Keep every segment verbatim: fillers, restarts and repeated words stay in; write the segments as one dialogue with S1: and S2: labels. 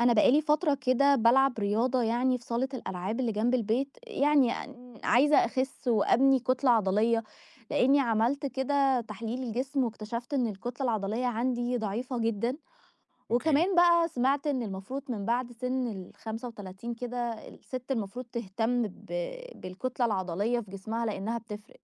S1: أنا بقى لي فترة كده بالعب رياضة، يعني في صالة الألعاب اللي جنب البيت، يعني عايزة أخس وأبني كتلة عضلية، لإني عملت كده تحليل الجسم واكتشفت إن الكتلة العضلية عندي ضعيفة جدًا.
S2: أوكي،
S1: وكمان بقى سمعت إن المفروض من بعد سن الخامسة والثلاثين كده الست المفروض تهتم ب بالكتلة العضلية في جسمها لإنها بتفرق.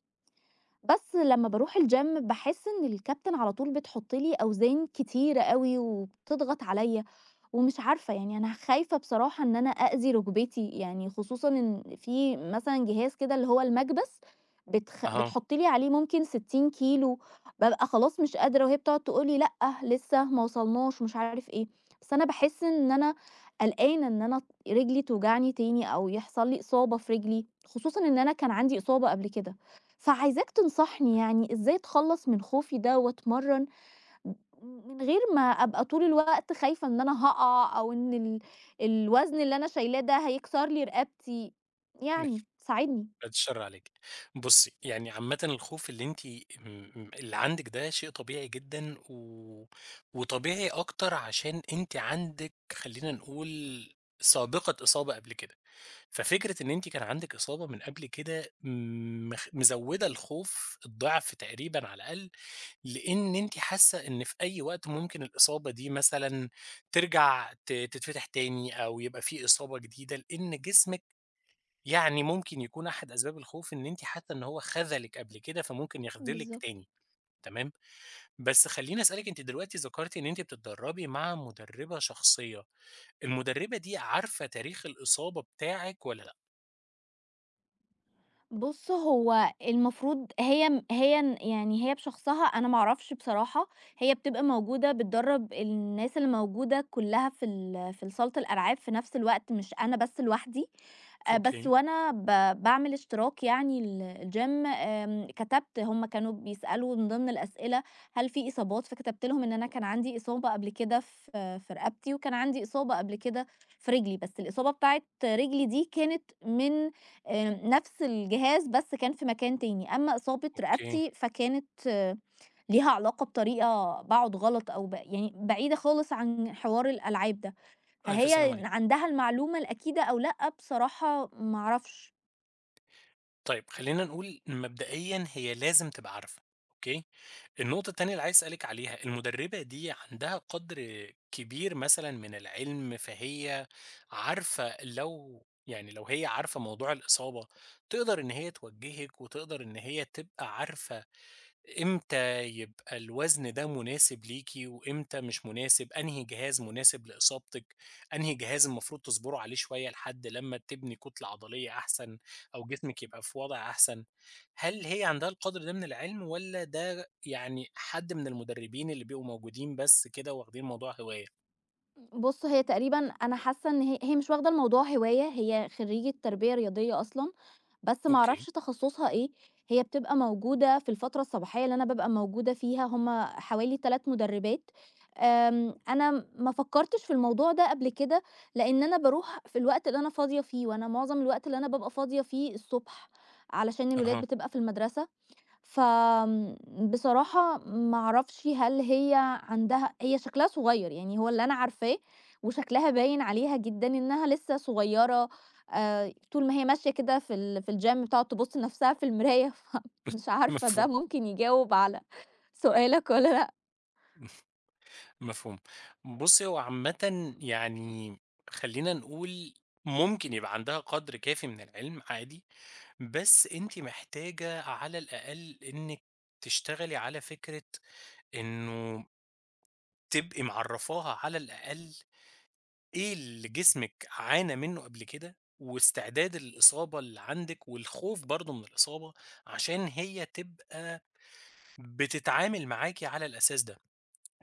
S1: بس لمّا باروح الgym باحس إن الكابتن على طول بتحط لي أوزان كتيرة أوي وبتضغط عليّا، ومش عارفة، يعني أنا خايفة بصراحة إن أنا أأذي ركبتي، يعني خصوصًا إن في مثلًا جهاز كده اللي هو المكبس بتخ
S2: أها،
S1: بتحط لي عليه ممكن 60 كيلو. بابقى خلاص مش قادرة وهي بتقعد تقول لي: "لأ لسه ما وصلناش"، ومش عارف إيه. بس أنا باحس إن أنا قلقانة إن أنا رجلي توجعني تاني أو يحصل لي إصابة في رجلي، خصوصًا إن أنا كان عندي إصابة قبل كده. فعايزاك تنصحني، يعني إزاي أتخلّص من خوفي ده وأتمرّن من غير ما أبقى طول الوقت خايفة إن أنا هاقع أو إن ال الوزن اللي أنا شايلاه ده هيكسر لي رقبتي، يعني ساعدني.
S2: بعد الشر عليكِ. بُصّي، يعني عامةً الخوف اللي أنتِ م اللي عندِك ده شيء طبيعي جدًا و وطبيعي أكتر عشان أنتِ عندِك خلّينا نقول سابقة إصابة قبل كده، ففكرة إن أنتِ كان عندِك إصابة من قبل كده مخ مزوّدة الخوف الضِعف تقريبًا على الأقل، لإن أنتِ حاسة إن في أي وقت ممكن الإصابة دي مثلًا ترجع ت تتفتح تاني أو يبقى في إصابة جديدة، لإن جسمِك يعني ممكن يكون أحد أسباب الخوف إن أنتِ حاسة إن هو خذلِك قبل كده، فممكن يخذلِك
S1: بالضبط.
S2: تاني، تمام؟ بس خلّيني أسألِك أنتِ دلوقتي ذكرتِ إن أنتِ بتتدربي مع مدربة شخصية، المدربة دي عارفة تاريخ الإصابة بتاعِك والّا لأ؟
S1: بُص، هو المفروض هي م هي ن يعني هي بشخصها أنا ما أعرفش بصراحة. هي بتبقى موجودة بتدرّب الناس اللي موجودة كلّها في ال في صالة الألعاب في نفس الوقت، مش أنا بس لوحدي. آآ بس
S2: أوكي.
S1: وأنا ب باعمل اشتراك، يعني ال الGym، آمم كتبت هم كانوا بيسألوا من ضمن الأسئلة هل في إصابات، فكتبت لهم إن أنا كان عندي إصابة قبل كده في في رقبتي، وكان عندي إصابة قبل كده في رجلي. بس الإصابة بتاعة رجلي دي كانت من آآ نفس الجهاز، بس كان في مكان تاني، أمّا إصابة
S2: أوكي،
S1: رقبتي فكانت، آه، ليها علاقة بطريقة باقعد غلط، أو ب يعني بعيدة خالص عن حوار الألعاب ده.
S2: ألف سلامة
S1: فهي
S2: عليكِ.
S1: عندها المعلومة الأكيدة أو لأ، بصراحة ما أعرفش.
S2: طيب خلّينا نقول مبدئيًا هي لازم تبقى عارفة، أوكي؟ النقطة التانية اللي عايز أسألِك عليها، المُدرِّبة دي عندها قدْر كبير مثلًا من العلم، فهي عارفة لو يعني لو هي عارفة موضوع الإصابة، تقدر إن هي توجّهِك وتقدر إن هي تبقى عارفة إمتى يبقى الوزن ده مناسب ليكِ، وإمتى مش مناسب، أنهي جهاز مناسب لإصابتك، أنهي جهاز المفروض تصبروا عليه شوية لحد لمّا تبني كتلة عضلية أحسن أو جسمِك يبقى في وضع أحسن، هل هي عندها القدر ده من العلم والّا ده يعني حد من المدربين اللي بيبقوا موجودين بس كده واخدين الموضوع هواية؟
S1: بُص، هي تقريبًا أنا حاسة إن هي هي مش واخدة الموضوع هواية، هي خريجة تربية رياضية أصلًا، بس ما أعرفش
S2: أوكي،
S1: تخصصها إيه. هي بتبقى موجودة في الفترة الصباحية اللي أنا بابقى موجودة فيها، هم حوالي 3 مدربات. آمم، أنا ما فكرتش في الموضوع ده قبل كده، لإن أنا باروح في الوقت اللي أنا فاضية فيه، وأنا معظم الوقت اللي أنا بابقى فاضية فيه الصبح، علشان الولاد
S2: أها،
S1: بتبقى في المدرسة. فبصراحة ما اعرفش، هل هي عندها هي شكلها صغير، يعني هو اللي أنا عارفاه، وشكلها باين عليها جدًا إنها لسه صغيرة. آآ، طول ما هي ماشية كده في ال في الgym بتقعد تبُص لنفسها في المراية، فمش عارفة ده
S2: مفهوم،
S1: ممكن يجاوب على سؤالك والّا لأ؟
S2: مفهوم. بُصّي، هو عامةً يعني خلّينا نقول ممكن يبقى عندها قدر كافي من العلم عادي، بس أنتِ محتاجة على الأقل إنِّك تشتغلي على فكرة إنه تبقي معرّفاها على الأقل إيه اللي جسمِك عانى منّه قبل كده، واستعداد الإصابة اللي عندِك والخوف برضه من الإصابة، عشان هي تبقى بتتعامل معاكِ على الأساس ده،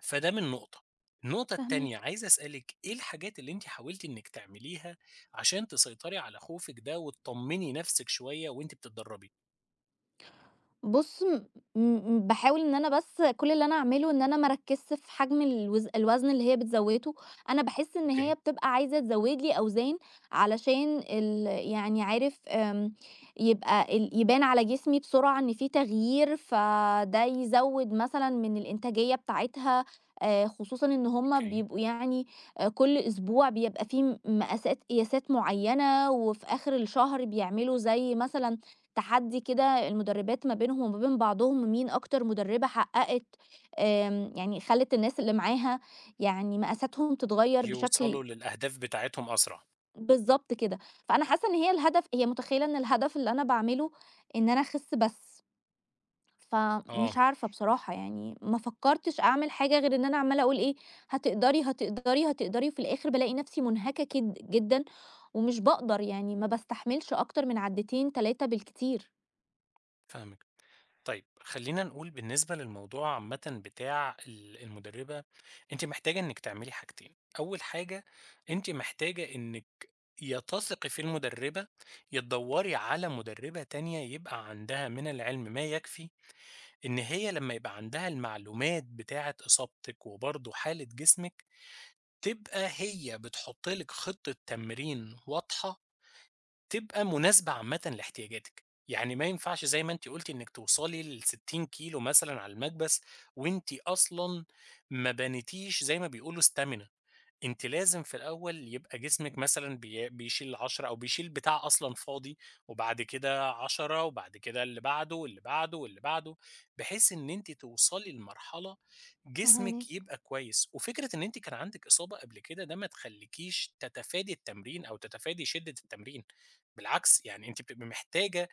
S2: فده من نقطة. النقطة التانية
S1: فاهماك.
S2: عايز أسألِك إيه الحاجات اللي أنتِ حاولتِ إنِّك تعمليها عشان تسيطري على خوفِك ده وتطمني نفسِك شوية وأنتِ بتتدربي؟
S1: بُص، م م باحاول إن أنا بس، كل اللي أنا أعمله إن أنا ما أركّزش في حجم الوز الوزن اللي هي بتزوّده. أنا باحس إن
S2: أوكي،
S1: هي بتبقى عايزة تزوّد لي أوزان علشان ال يعني عارف، آمم، يبقى ال يبان على جسمي بسرعة إن في تغيير، فده يزوّد مثلًا من الإنتاجية بتاعتها، آآ خصوصًا إن هُم
S2: أوكي.
S1: بيبقوا يعني، آآ كل أسبوع بيبقى في م مقاسات قياسات معيّنة، وفي آخر الشهر بيعملوا زي مثلًا تحدي كده، المدربات ما بينهم وما بين بعضهم مين أكتر مدربة حققت، آمم، يعني خلّت الناس اللي معاها، يعني مقاساتهم تتغيّر بشكل.
S2: يوصلوا للأهداف بتاعتهم أسرع.
S1: بالضبط كده. فأنا حاسة إن هي الهدف هي متخيلة إن الهدف اللي أنا باعمله إن أنا أخس بس.
S2: آه،
S1: فمش عارفة بصراحة، يعني ما فكّرتش أعمل حاجة غير إن أنا عمّالة أقول إيه، هتقدري، هتقدري، هتقدري، وفي الآخر بالاقي نفسي منهكة كد جدًا ومش باقدر، يعني ما باستحملش أكتر من عدّتين تلاتة بالكتير.
S2: فاهمِك. طيب خلّينا نقول بالنسبة للموضوع عامةً بتاع ال المُدرِّبة، أنتِ محتاجة إنِّك تعملي حاجتين، أول حاجة أنتِ محتاجة إنِّك يا تثقي في المُدرِّبة، يا تدوّري على مُدرِّبة تانية يبقى عندها من العلم ما يكفي إن هي لمّا يبقى عندها المعلومات بتاعة إصابتِك وبرضه حالة جسمِك، تبقى هي بتحُط لِك خطة تمرين واضحة تبقى مناسبة عامةً لاحتياجاتِك، يعني ما ينفعش زي ما أنتِ قُلتِ إنِّك توصلي ل60 كيلو مثلًا على المكبس وأنتِ أصلًا ما بنيتيش زي ما بيقولوا stamina. أنتِ لازم في الأول يبقى جسمِك مثلًا بي بيشيل عشرة أو بيشيل بتاع أصلًا فاضي، وبعد كده عشرة وبعد كده اللي بعده واللي بعده واللي بعده، بحيث إن أنتِ توصلي لمرحلة جسمِك
S1: فاهماك،
S2: يبقى كويس، وفكرة إن أنتِ كان عندِك إصابة قبل كده ده ما تخليكيش تتفادي التمرين أو تتفادي شدة التمرين، بالعكس يعني أنتِ بتبقي محتاجة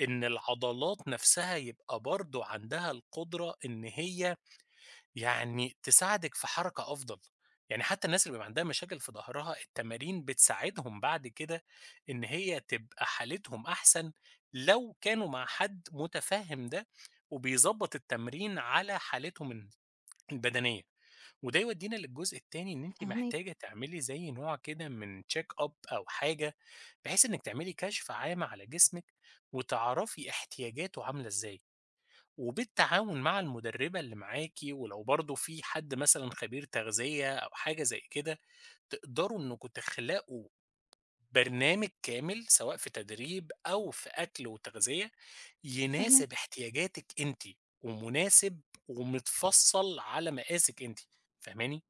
S2: إن العضلات نفسها يبقى برضه عندها القدرة إن هي يعني تساعدِك في حركة أفضل، يعني حتى الناس اللي بيبقى عندها مشاكل في ضهرها التمارين بتساعدهم بعد كده إن هي تبقى حالتهم أحسن، لو كانوا مع حد متفهم ده، وبيضبط التمرين على حالتهم ال البدنية، وده يودينا للجزء التاني إن أنتِ محتاجة
S1: فاهماك.
S2: تعملي زي نوع كده من check up أو حاجة، بحيث إنِك تعملي كشف عام على جسمِك، وتعرفي احتياجاته عاملة إزاي. وبالتعاون مع المدربة اللي معاكِ، ولو برضه في حد مثلًا خبير تغذية أو حاجة زي كده، تقدروا إنكم تخلقوا برنامج كامل سواء في تدريب أو في أكل وتغذية، يناسب
S1: فاهماك،
S2: احتياجاتِك أنتِ، ومناسب ومتفصّل على مقاسِك أنتِ، فاهماني؟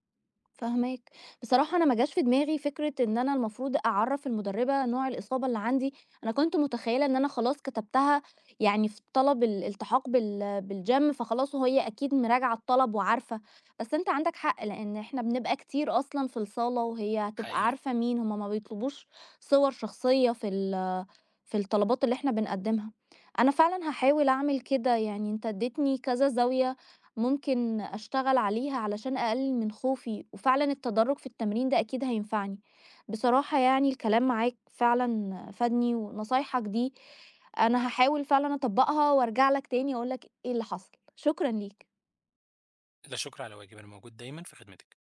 S1: فاهماك. بصراحة أنا ما جاش في دماغي فكرة إن أنا المفروض أعرّف المُدرّبة نوع الإصابة اللي عندي. أنا كنت متخيّلة إن أنا خلاص كتبتها، يعني في طلب الالتحاق بال بالgym، فخلاص وهي أكيد مراجعة الطلب وعارفة. بس أنت عندك حق، لإن إحنا بنبقى كتير أصلًا في الصالة وهي هتبقى
S2: حقيقي.
S1: عارفة مين؟ هم ما بيطلبوش صور شخصية في ال في الطلبات اللي إحنا بنقدّمها. أنا فعلًا هاحاول أعمل كده، يعني أنت ادّيتني كذا زاوية ممكن أشتغل عليها علشان أقلل من خوفي، وفعلًا التدرج في التمرين ده أكيد هينفعني. بصراحة يعني الكلام معاك فعلًا فادني، ونصايحك دي أنا هاحاول فعلًا أطبّقها وأرجع لك تاني أقول لك إيه اللي حصل. شكرًا ليك.
S2: لا شكر على واجب، أنا موجود دايمًا في خدمتِك.